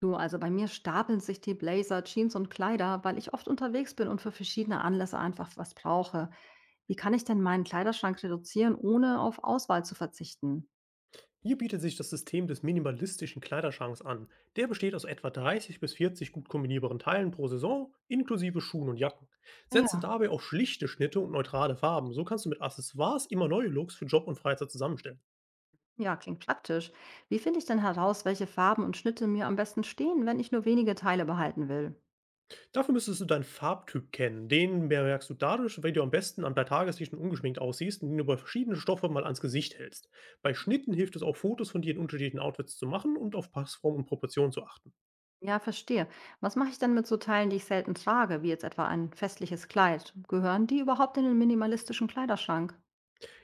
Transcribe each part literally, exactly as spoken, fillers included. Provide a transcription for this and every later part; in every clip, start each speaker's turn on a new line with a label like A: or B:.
A: Du, also bei mir stapeln sich die Blazer, Jeans und Kleider, weil ich oft unterwegs bin und für verschiedene Anlässe einfach was brauche. Wie kann ich denn meinen Kleiderschrank reduzieren, ohne auf Auswahl zu verzichten?
B: Hier bietet sich das System des minimalistischen Kleiderschranks an. Der besteht aus etwa dreißig bis vierzig gut kombinierbaren Teilen pro Saison, inklusive Schuhen und Jacken.
A: Ah
B: Setze
A: ja,
B: dabei auf schlichte Schnitte und neutrale Farben. So kannst du mit Accessoires immer neue Looks für Job und Freizeit zusammenstellen.
A: ja, klingt praktisch. Wie finde ich denn heraus, welche Farben und Schnitte mir am besten stehen, wenn ich nur wenige Teile behalten will?
B: Dafür müsstest du deinen Farbtyp kennen. Den bemerkst du dadurch, wenn du am besten an bei Tageslicht und ungeschminkt aussiehst, indem du bei verschiedenen Stoffe mal ans Gesicht hältst. Bei Schnitten hilft es auch, Fotos von dir in unterschiedlichen Outfits zu machen und auf Passform und Proportion zu achten.
A: Ja, verstehe. Was mache ich denn mit so Teilen, die ich selten trage, wie jetzt etwa ein festliches Kleid? Gehören die überhaupt in den minimalistischen Kleiderschrank?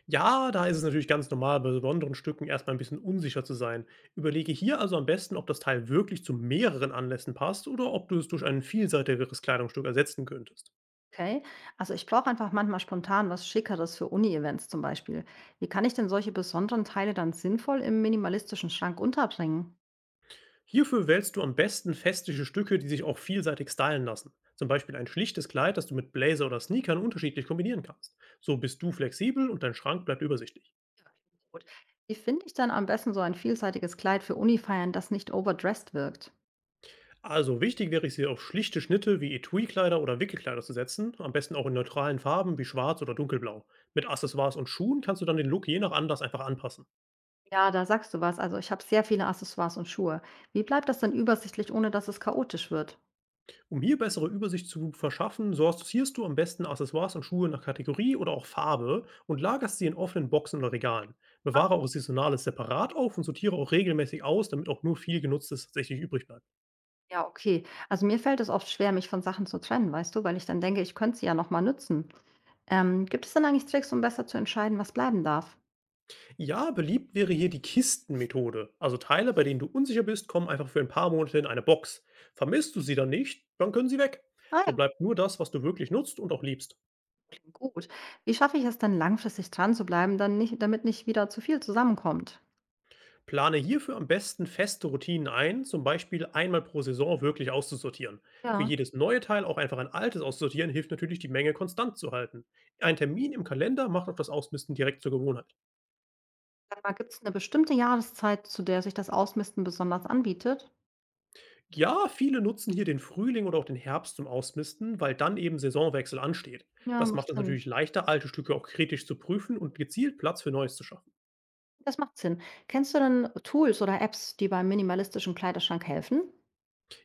B: Ja, da ist es natürlich ganz normal, bei besonderen Stücken erst mal 'n bisschen unsicher zu sein. Überlege hier also am besten, ob das Teil wirklich zu mehreren Anlässen passt oder ob du es durch ein vielseitigeres Kleidungsstück ersetzen könntest.
A: Okay, also ich brauche einfach manchmal spontan was Schickeres für Uni-Events zum Beispiel. Wie kann ich denn solche besonderen Teile dann sinnvoll im minimalistischen Schrank unterbringen?
B: Hierfür wählst du am besten festische Stücke, die sich auch vielseitig stylen lassen. Zum Beispiel ein schlichtes Kleid, das du mit Blazer oder Sneakern unterschiedlich kombinieren kannst. So bist du flexibel und dein Schrank bleibt übersichtlich.
A: Ja, gut. Wie finde ich dann am besten so ein vielseitiges Kleid für Uni-Feiern, das nicht overdressed wirkt?
B: Also wichtig wäre es hier auf schlichte Schnitte wie Etui-Kleider oder Wickelkleider zu setzen, am besten auch in neutralen Farben wie schwarz oder dunkelblau. Mit Accessoires und Schuhen kannst du dann den Look je nach Anlass einfach anpassen.
A: Ja, da sagst du was. Also ich habe sehr viele Accessoires und Schuhe. Wie bleibt das dann übersichtlich, ohne dass es chaotisch wird?
B: Um hier bessere Übersicht zu verschaffen, sortierst du am besten Accessoires und Schuhe nach Kategorie oder auch Farbe und lagerst sie in offenen Boxen oder Regalen.
A: Ah,
B: Bewahre auch Saisonales separat auf und sortiere auch regelmäßig aus, damit auch nur viel Genutztes tatsächlich übrig bleibt.
A: ja, okay. Also mir fällt es oft schwer, mich von Sachen zu trennen, weißt du, weil ich dann denke, ich könnte sie ja nochmal nutzen. Ähm, gibt es denn eigentlich Tricks, um besser zu entscheiden, was bleiben darf?
B: Ja, beliebt wäre hier die Kistenmethode. Also Teile, bei denen du unsicher bist, kommen einfach für ein paar Monate in eine Box. Vermisst du sie dann nicht, dann können sie weg.
A: Ah
B: So
A: ja,
B: bleibt nur das, was du wirklich nutzt und auch liebst.
A: gut. Wie schaffe ich es denn langfristig dran zu bleiben, dann nicht, damit nicht wieder zu viel zusammenkommt?
B: Plane hierfür am besten feste Routinen ein, zum Beispiel einmal pro Saison wirklich auszusortieren. Für
A: Ja,
B: jedes neue Teil auch einfach ein altes auszusortieren, hilft natürlich, die Menge konstant zu halten. Ein Termin im Kalender macht auch das Ausmisten direkt zur Gewohnheit.
A: sag mal, gibt es eine bestimmte Jahreszeit, zu der sich das Ausmisten besonders anbietet?
B: Ja, viele nutzen hier den Frühling oder auch den Herbst zum Ausmisten, weil dann eben Saisonwechsel ansteht.
A: Ja,
B: Das
A: macht
B: macht es
A: Sinn.
B: natürlich leichter, alte Stücke auch kritisch zu prüfen und gezielt Platz für Neues zu schaffen.
A: Das macht Sinn. Kennst du denn Tools oder Apps, die beim minimalistischen Kleiderschrank helfen?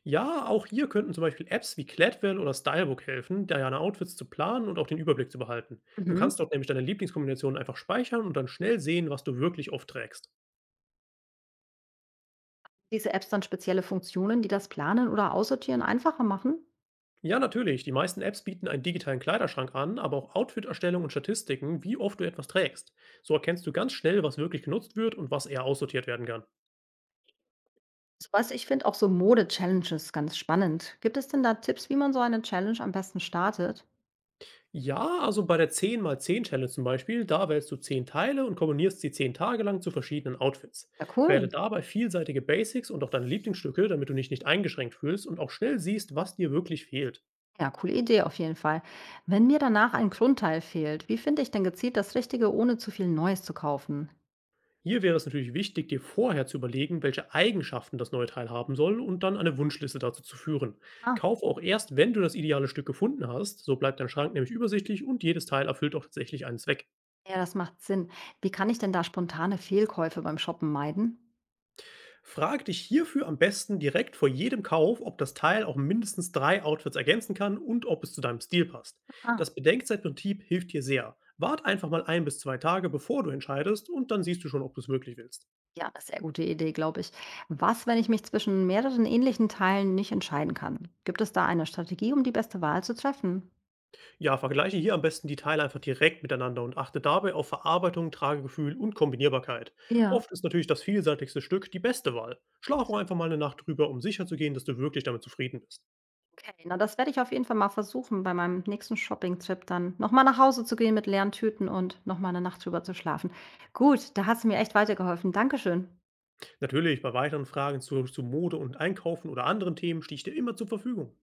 B: Ja, auch hier könnten zum Beispiel Apps wie Cladwell oder Stylebook helfen, deine Outfits zu planen und auch den Überblick zu behalten. Du
A: Mhm.
B: kannst dort nämlich deine Lieblingskombinationen einfach speichern und dann schnell sehen, was du wirklich oft trägst.
A: Diese Apps dann spezielle Funktionen, die das Planen oder Aussortieren einfacher machen?
B: Ja, natürlich, die meisten Apps bieten einen digitalen Kleiderschrank an, aber auch Outfit-Erstellung und Statistiken, wie oft du etwas trägst. So erkennst du ganz schnell, was wirklich genutzt wird und was eher aussortiert werden kann.
A: So was, ich finde auch so Mode-Challenges ganz spannend. Gibt es denn da Tipps, wie man so eine Challenge am besten startet?
B: Ja, also bei der zehn mal zehn Challenge zum Beispiel, da wählst du zehn Teile und kombinierst sie zehn Tage lang zu verschiedenen Outfits.
A: Ja,
B: Wähle
A: cool.
B: dabei vielseitige Basics und auch deine Lieblingsstücke, damit du dich nicht eingeschränkt fühlst und auch schnell siehst, was dir wirklich fehlt.
A: Ja, coole Idee auf jeden Fall. Wenn mir danach ein Grundteil fehlt, wie finde ich denn gezielt das Richtige, ohne zu viel Neues zu kaufen?
B: Hier wäre es natürlich wichtig, dir vorher zu überlegen, welche Eigenschaften das neue Teil haben soll und dann eine Wunschliste dazu zu führen.
A: Ah,
B: Kauf auch erst, wenn du das ideale Stück gefunden hast, so bleibt dein Schrank nämlich übersichtlich und jedes Teil erfüllt auch tatsächlich einen Zweck.
A: ja, das macht Sinn. Wie kann ich denn da spontane Fehlkäufe beim Shoppen meiden?
B: Frag dich hierfür am besten direkt vor jedem Kauf, ob das Teil auch mindestens drei Outfits ergänzen kann und ob es zu deinem Stil passt.
A: Ah,
B: Das Bedenkzeitprinzip hilft dir sehr. Wart einfach mal ein bis zwei Tage, bevor du entscheidest, und dann siehst du schon, ob du es wirklich willst.
A: ja, eine sehr gute Idee, glaube ich. Was, wenn ich mich zwischen mehreren ähnlichen Teilen nicht entscheiden kann? Gibt es da eine Strategie, um die beste Wahl zu treffen?
B: Ja, vergleiche hier am besten die Teile einfach direkt miteinander und achte dabei auf Verarbeitung, Tragegefühl und Kombinierbarkeit.
A: Ja.
B: Oft ist natürlich das vielseitigste Stück die beste Wahl. Schlaf auch einfach mal eine Nacht drüber, um sicherzugehen, dass du wirklich damit zufrieden bist.
A: Okay, na das werde ich auf jeden Fall mal versuchen, bei meinem nächsten Shopping-Trip dann nochmal nach Hause zu gehen mit leeren Tüten und nochmal eine Nacht drüber zu schlafen. Gut, da hast du mir echt weitergeholfen. Dankeschön.
B: Natürlich, bei weiteren Fragen zu, zu Mode und Einkaufen oder anderen Themen stehe ich dir immer zur Verfügung.